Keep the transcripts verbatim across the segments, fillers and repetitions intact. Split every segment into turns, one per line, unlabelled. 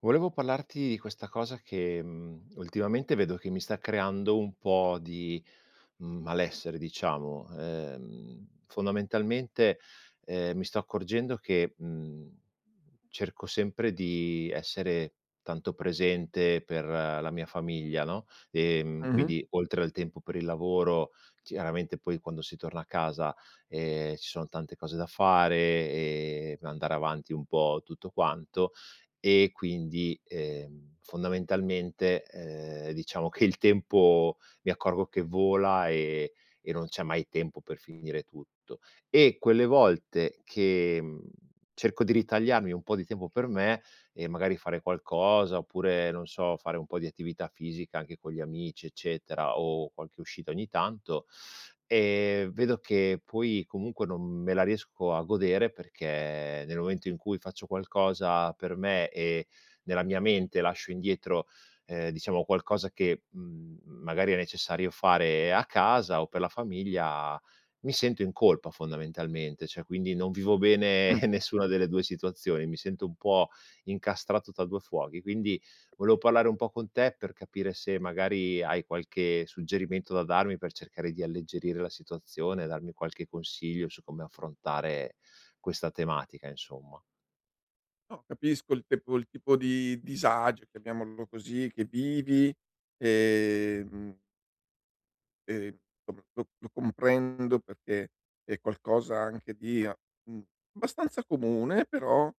Volevo parlarti di questa cosa che, mhmm, ultimamente vedo che mi sta creando un po' di mh, malessere, diciamo. Ehm, fondamentalmente, ehm, mi sto accorgendo che, mhmm, cerco sempre di essere tanto presente per eh, la mia famiglia, no, ehm,
Mh-mh.
quindi oltre al tempo per il lavoro, chiaramente poi quando si torna a casa, ehm, ci sono tante cose da fare e andare avanti un po' tutto quanto, e quindi, ehm, fondamentalmente, ehm, diciamo che il tempo mi accorgo che vola e e non c'è mai tempo per finire tutto. E quelle volte che, mhmm, cerco di ritagliarmi un po' di tempo per me e magari fare qualcosa, oppure, non so, fare un po' di attività fisica anche con gli amici, eccetera, o qualche uscita ogni tanto. Ehm, vedo che poi comunque non me la riesco a godere perché nel momento in cui faccio qualcosa per me e nella mia mente lascio indietro, ehm, diciamo qualcosa che, mhmm, magari è necessario fare a casa o per la famiglia, mi sento in colpa fondamentalmente, cioè quindi non vivo bene
Mh.
nessuna delle due situazioni, mi sento un po' incastrato tra due fuochi. Quindi volevo parlare un po' con te per capire se magari hai qualche suggerimento da darmi per cercare di alleggerire la situazione, darmi qualche consiglio su come affrontare questa tematica insomma.
No, capisco il tipo il tipo di disagio, chiamiamolo così, che vivi, ehm, e insomma lo lo comprendo perché è qualcosa anche di a mhmm, abbastanza comune, però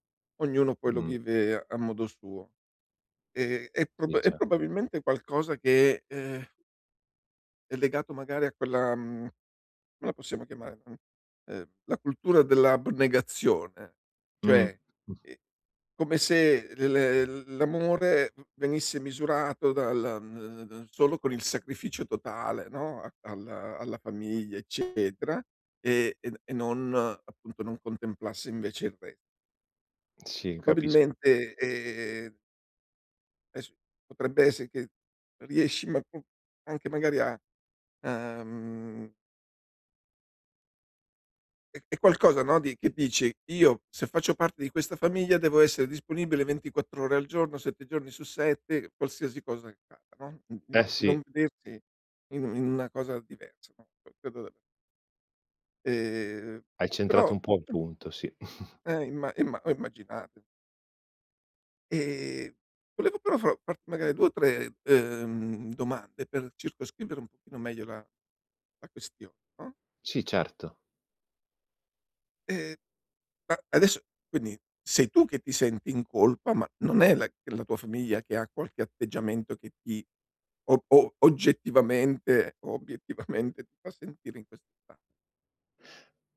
ognuno poi lo
Mh,
vive a modo suo. Ehm, è prob
sì,
è
certo.
probabilmente qualcosa che, ehm è legato magari a quella mhmm, come la possiamo chiamare, mhmm, ehm, la cultura dell'abnegazione,
Mh,
cioè,
mh,
ehm, come se l l l'amore venisse misurato dal mhmm, solo con il sacrificio totale, no, a alla alla famiglia, eccetera, e e e non eh, appunto, non contemplasse invece il resto.
sì, capisco.
Probabilmente, ehm, adesso potrebbe essere che riesci, ma anche magari a a mhmm È è qualcosa, no, di che dici: "Io, se faccio parte di questa famiglia, devo essere disponibile ventiquattro ore al giorno, sette giorni su sette, qualsiasi cosa accada", no, di di non
Eh
di non
sì,
vedersi in in una cosa diversa, no, ehm,
hai centrato
però
un po' il punto, sì.
eh, imma imma ho immaginato. Ehm, volevo però fa farti magari due o tre, ehm, domande per circoscrivere un pochino meglio la la questione, no,
Sì, certo.
ehm Ma adesso quindi sei tu che ti senti in colpa, ma non è la la tua famiglia che ha qualche atteggiamento che ti o o oggettivamente, o obiettivamente, ti fa sentire in questo stato.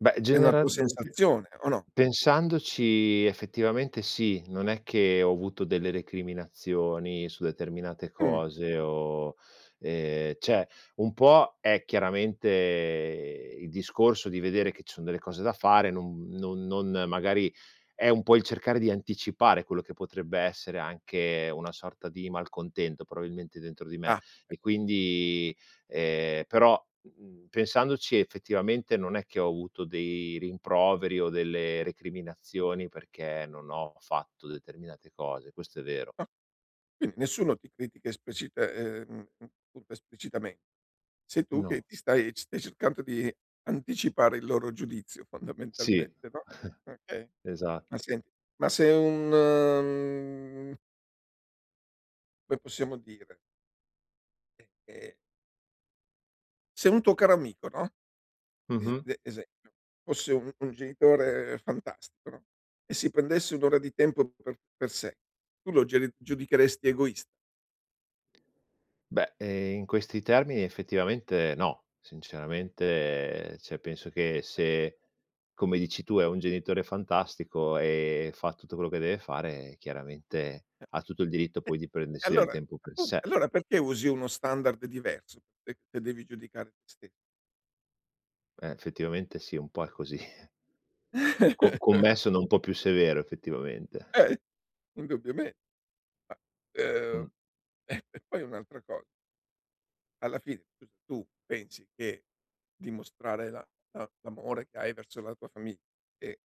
Beh,
È una
genera
tua
mhmm,
sensazione o no?
pensandoci effettivamente sì, non è che ho avuto delle recriminazioni su determinate
Mh,
cose o ehm, cioè un po' è chiaramente il discorso di vedere che ci sono delle cose da fare, non non non magari è un po' il cercare di anticipare quello che potrebbe essere anche una sorta di malcontento probabilmente dentro di me
ah,
e quindi. Ehm, però, mhmm, pensandoci effettivamente non è che ho avuto dei rimproveri o delle recriminazioni perché non ho fatto determinate cose, questo è vero.
ah, quindi nessuno ti critica esplicita ehm, appunto, esplicitamente. Sei tu che
No.
ti stai stai cercando di anticipare il loro giudizio,
Sì,
fondamentalmente, no, okay. Ma
esatto.
senti, ma sei un, mhmm, come possiamo dire Ehm, Se un tuo caro amico, no, es
Mh-mh.
de esempio, fosse un un genitore fantastico, no, e si prendesse un'ora ora di tempo per per sé, tu lo geri giudicheresti egoista?
Beh, ehm, in questi termini effettivamente no, sinceramente, cioè penso che se, come dici tu, è un genitore fantastico e fa tutto quello che deve fare, chiaramente ha tutto il diritto
Eh,
poi di
e
prendersi del
allora
tempo per
appunto,
sé.
allora perché usi uno standard diverso, se se devi giudicare te ste
Eh, effettivamente sì, un po' è così. Co con me sono un po' più severo effettivamente.
Eh, indubbiamen ma, ehm,
Mh.
eh, e e poi un'altra cosa, alla fine, scusa, tu pensi che dimostrare la la l'amore che hai verso la tua famiglia e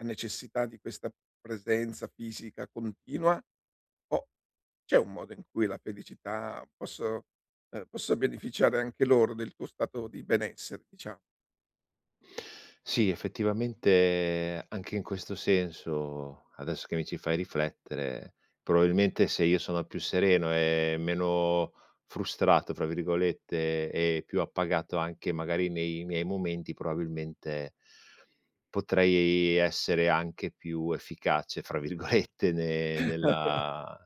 ha necessità di questa presenza fisica continua, o c'è un modo in cui la felicità posso ehm, possa beneficiare anche loro del tuo stato di benessere, diciamo?
Sì, effettivamente anche in questo senso, adesso che mi ci fai riflettere, probabilmente se io sono più sereno e meno "frustrato" fra virgolette e più appagato anche magari nei miei momenti, probabilmente potrei essere anche più "efficace" fra virgolette ne nella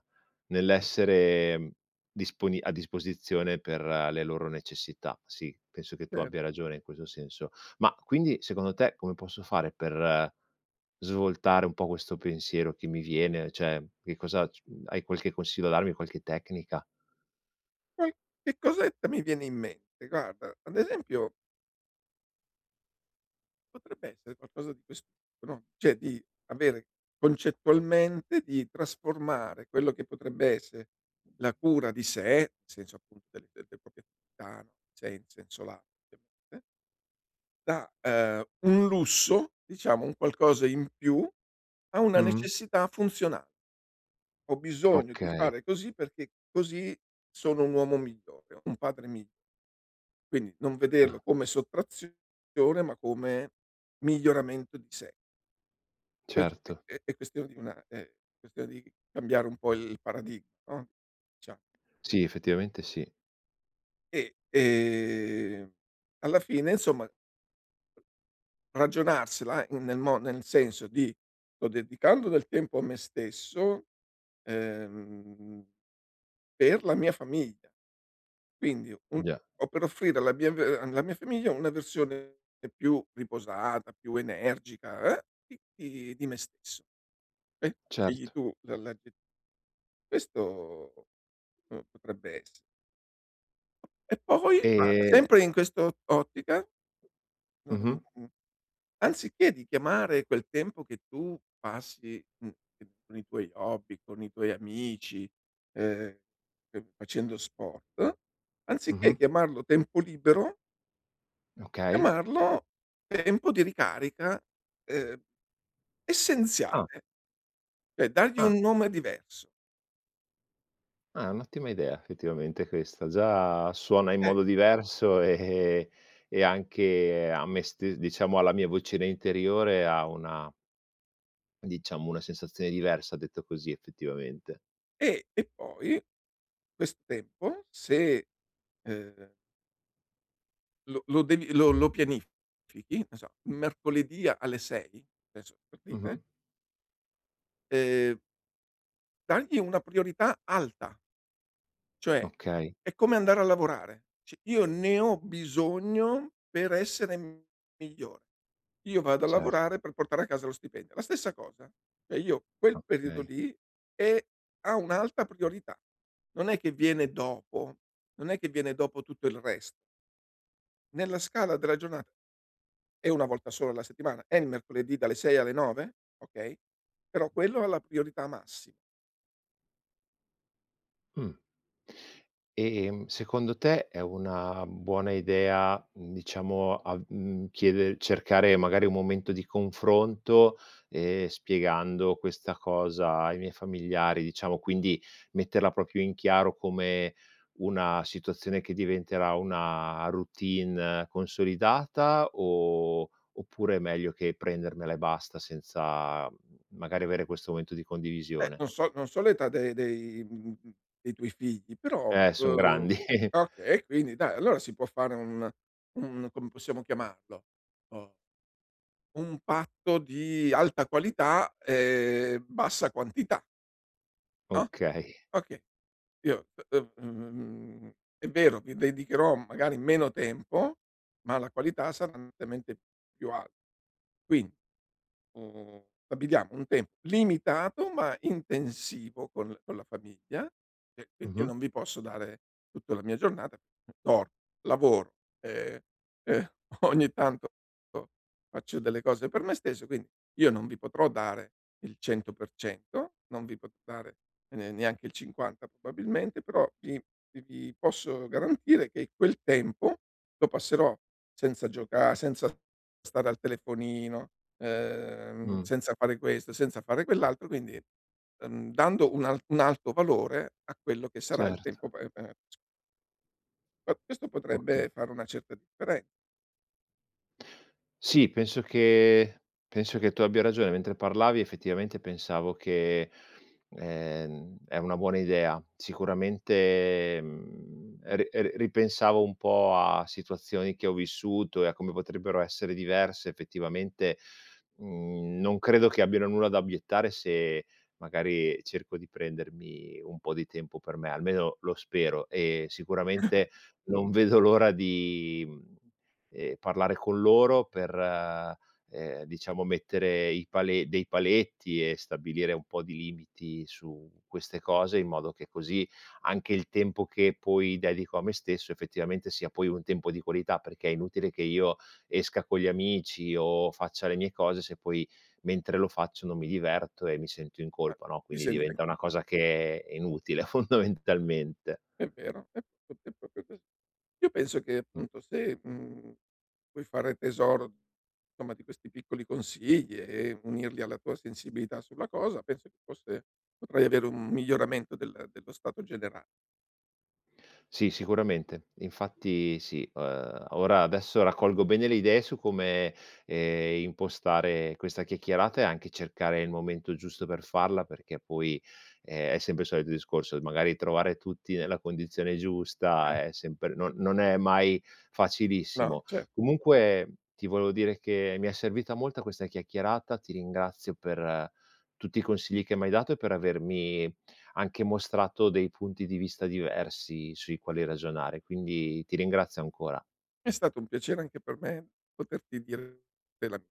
nell'essere, mhmm, disponi a disposizione per eh, le loro necessità. Sì, penso che tu
Cer
abbia ragione in questo senso. Ma quindi secondo te come posso fare per eh, svoltare un po' questo pensiero che mi viene? Cioè, che cosa c hai qualche consiglio da darmi, qualche tecnica?
Qualche cosetta mi viene in mente. Guarda, ad esempio potrebbe essere qualcosa di questo tipo, no, cioè di avere concettualmente di trasformare quello che potrebbe essere la cura di sé, nel senso, appunto, delle delle proprie attività, no, sen senso lato, ovviamente. Da, ehm, un lusso, diciamo, un qualcosa in più, a una
Mh-mh.
necessità funzionale. Ho bisogno di
Okay.
fare così perché così sono un uomo migliore, un padre migliore. Quindi non vederlo
Ah,
come sottrazione, ma come miglioramento di sé. Questo è
certo.
è è questione di una, ehm, questione di cambiare un po' il paradigma, no, diciamo.
Sì, effettivamente sì.
E, ehm, alla fine, insomma, ragionarsela in nel mo nel senso di: "Sto dedicando del tempo a me stesso, ehm, per la mia famiglia, quindi un
Già,
o per offrire alla mia v alla mia famiglia una versione più riposata, più energica, eh, di di di me stesso". E scegli
certo.
tu la l'agge questo, uhm, potrebbe esse e poi vado
E
sempre in quest'o ottica, mhmm
mh-mh,
Anziché di chiamare quel tempo che tu passi, mhmm, che con i tuoi hobby, con i tuoi amici, ehm, ehm, facendo sport, anziché
mh-mh,
chiamarlo tempo libero,
okay.
chiamarlo tempo di ricarica, ehm,
Ah,
essenziale, cioè dargli
ah,
un nome diverso.
ah, è un'ottima idea effettivamente questa. Già suona in
Eh,
modo diverso e e anche a me ste diciamo alla mia vocina interiore ha una diciamo una sensazione diversa detto così effettivamente.
e e poi questo tempo, se, ehm, lo lo devi lo lo pianifichi, non so, mercoledì alle sei, adesso per dire,
Mh-mh.
ehm Dargli una priorità alta, cioè
Okay,
è come andare a lavorare. C io ne ho bisogno per essere migliore. Io vado a
certo,
lavorare per portare a casa lo stipendio. La stessa cosa, cioè io quel periodo
okay.
lì è ha un'alta priorità. Non è che viene dopo, non è che viene dopo tutto il resto. Nella scala della giornata è una volta sola alla settimana, è il mercoledì dalle sei alle nove, okay, però quello ha la priorità massi
Mh. E Ehm, secondo te è una buona idea, mhmm, diciamo a mhmm, chiede cercare magari un momento di confronto, ehm, spiegando questa cosa ai miei familiari, diciamo, quindi metterla proprio in chiaro come una situazione che diventerà una routine eh, consolidata o oppure è meglio che prendermela e basta senza, mhmm, magari avere questo momento di
Eh,
condivisione?
non so non so l'età de dei mhmm, dei tuoi figli, però
Eh, son
uhm,
grandi.
okay, quindi dai, allora si può fare un un come possiamo chiamarlo, uhm, un patto di alta qualità e bassa quantità, no,
Okay.
okay, io, uhm, mhmm, è vero, vi dedicherò magari meno tempo, ma la qualità sarà nettamente più al quindi Mhmm, stabiliamo un tempo limitato ma intensivo con con la famiglia, e quindi io
Mh-mh.
non vi posso dare tutta la mia giornata. Dormo, lavoro, ehm, ehm, ogni tanto faccio delle cose per me stesso, quindi io non vi potrò dare il cento per cento, non vi potrò dare ne neanche il cinquanta probabilmente, però vi vi posso garantire che quel tempo lo passerò senza gioca senza Stare al telefonino, ehm,
Mh.
senza fare questo, senza fare quell'altro, quindi, ehm, dando un al un alto valore a quello che sarà il
Certo,
tempo pe pe pe Questo
oka
potrebbe fare una certa differenza.
Sì, penso che penso che tu abbia ragione. Mentre parlavi effettivamente pensavo che, ehm, è una buona idea. Sicuramente, mhmm, ri ri ripensavo un po' a situazioni che ho vissuto e a come potrebbero essere diverse effettivamente, mhmm, non credo che abbiano nulla da obiettare se magari cerco di prendermi un po' di tempo per me, almeno lo spero e sicuramente non vedo l'ora di mhmm ehm, parlare con loro per, ehm, diciamo mettere i pale dei paletti e stabilire un po' di limiti su queste cose, in modo che così anche il tempo che poi dedico a me stesso effettivamente sia poi un tempo di qualità, perché è inutile che io esca con gli amici o faccia le mie cose se poi mentre lo faccio non mi diverto e mi sento in
Eh,
colpa, no,
si
quindi
sente
diventa
anche un
una
po'.
cosa che è inutile fondamentalmente.
È vero, è pro è proprio così. Io penso che, appunto, se, mhmm, puoi fare tesoro, insomma, di questi piccoli consigli e unirli alla tua sensibilità sulla cosa, penso che forse potrai avere un miglioramento del dello stato generale.
Sì, sicuramente. Infatti sì, uhm, ora adesso raccolgo bene le idee su come, ehm, impostare questa chiacchierata e anche cercare il momento giusto per farla, perché poi, ehm, è sempre il solito discorso, magari trovare tutti nella condizione giusta è sempre non non è mai
No,
facilissimo.
cer
Comunque ti volevo dire che mi è servita molta questa chiacchierata, ti ringrazio per eh, tutti i consigli che m'hai dato e per avermi anche mostrato dei punti di vista diversi sui quali ragionare, quindi ti ringrazio ancora.
È stato un piacere anche per me poterti dire della mia.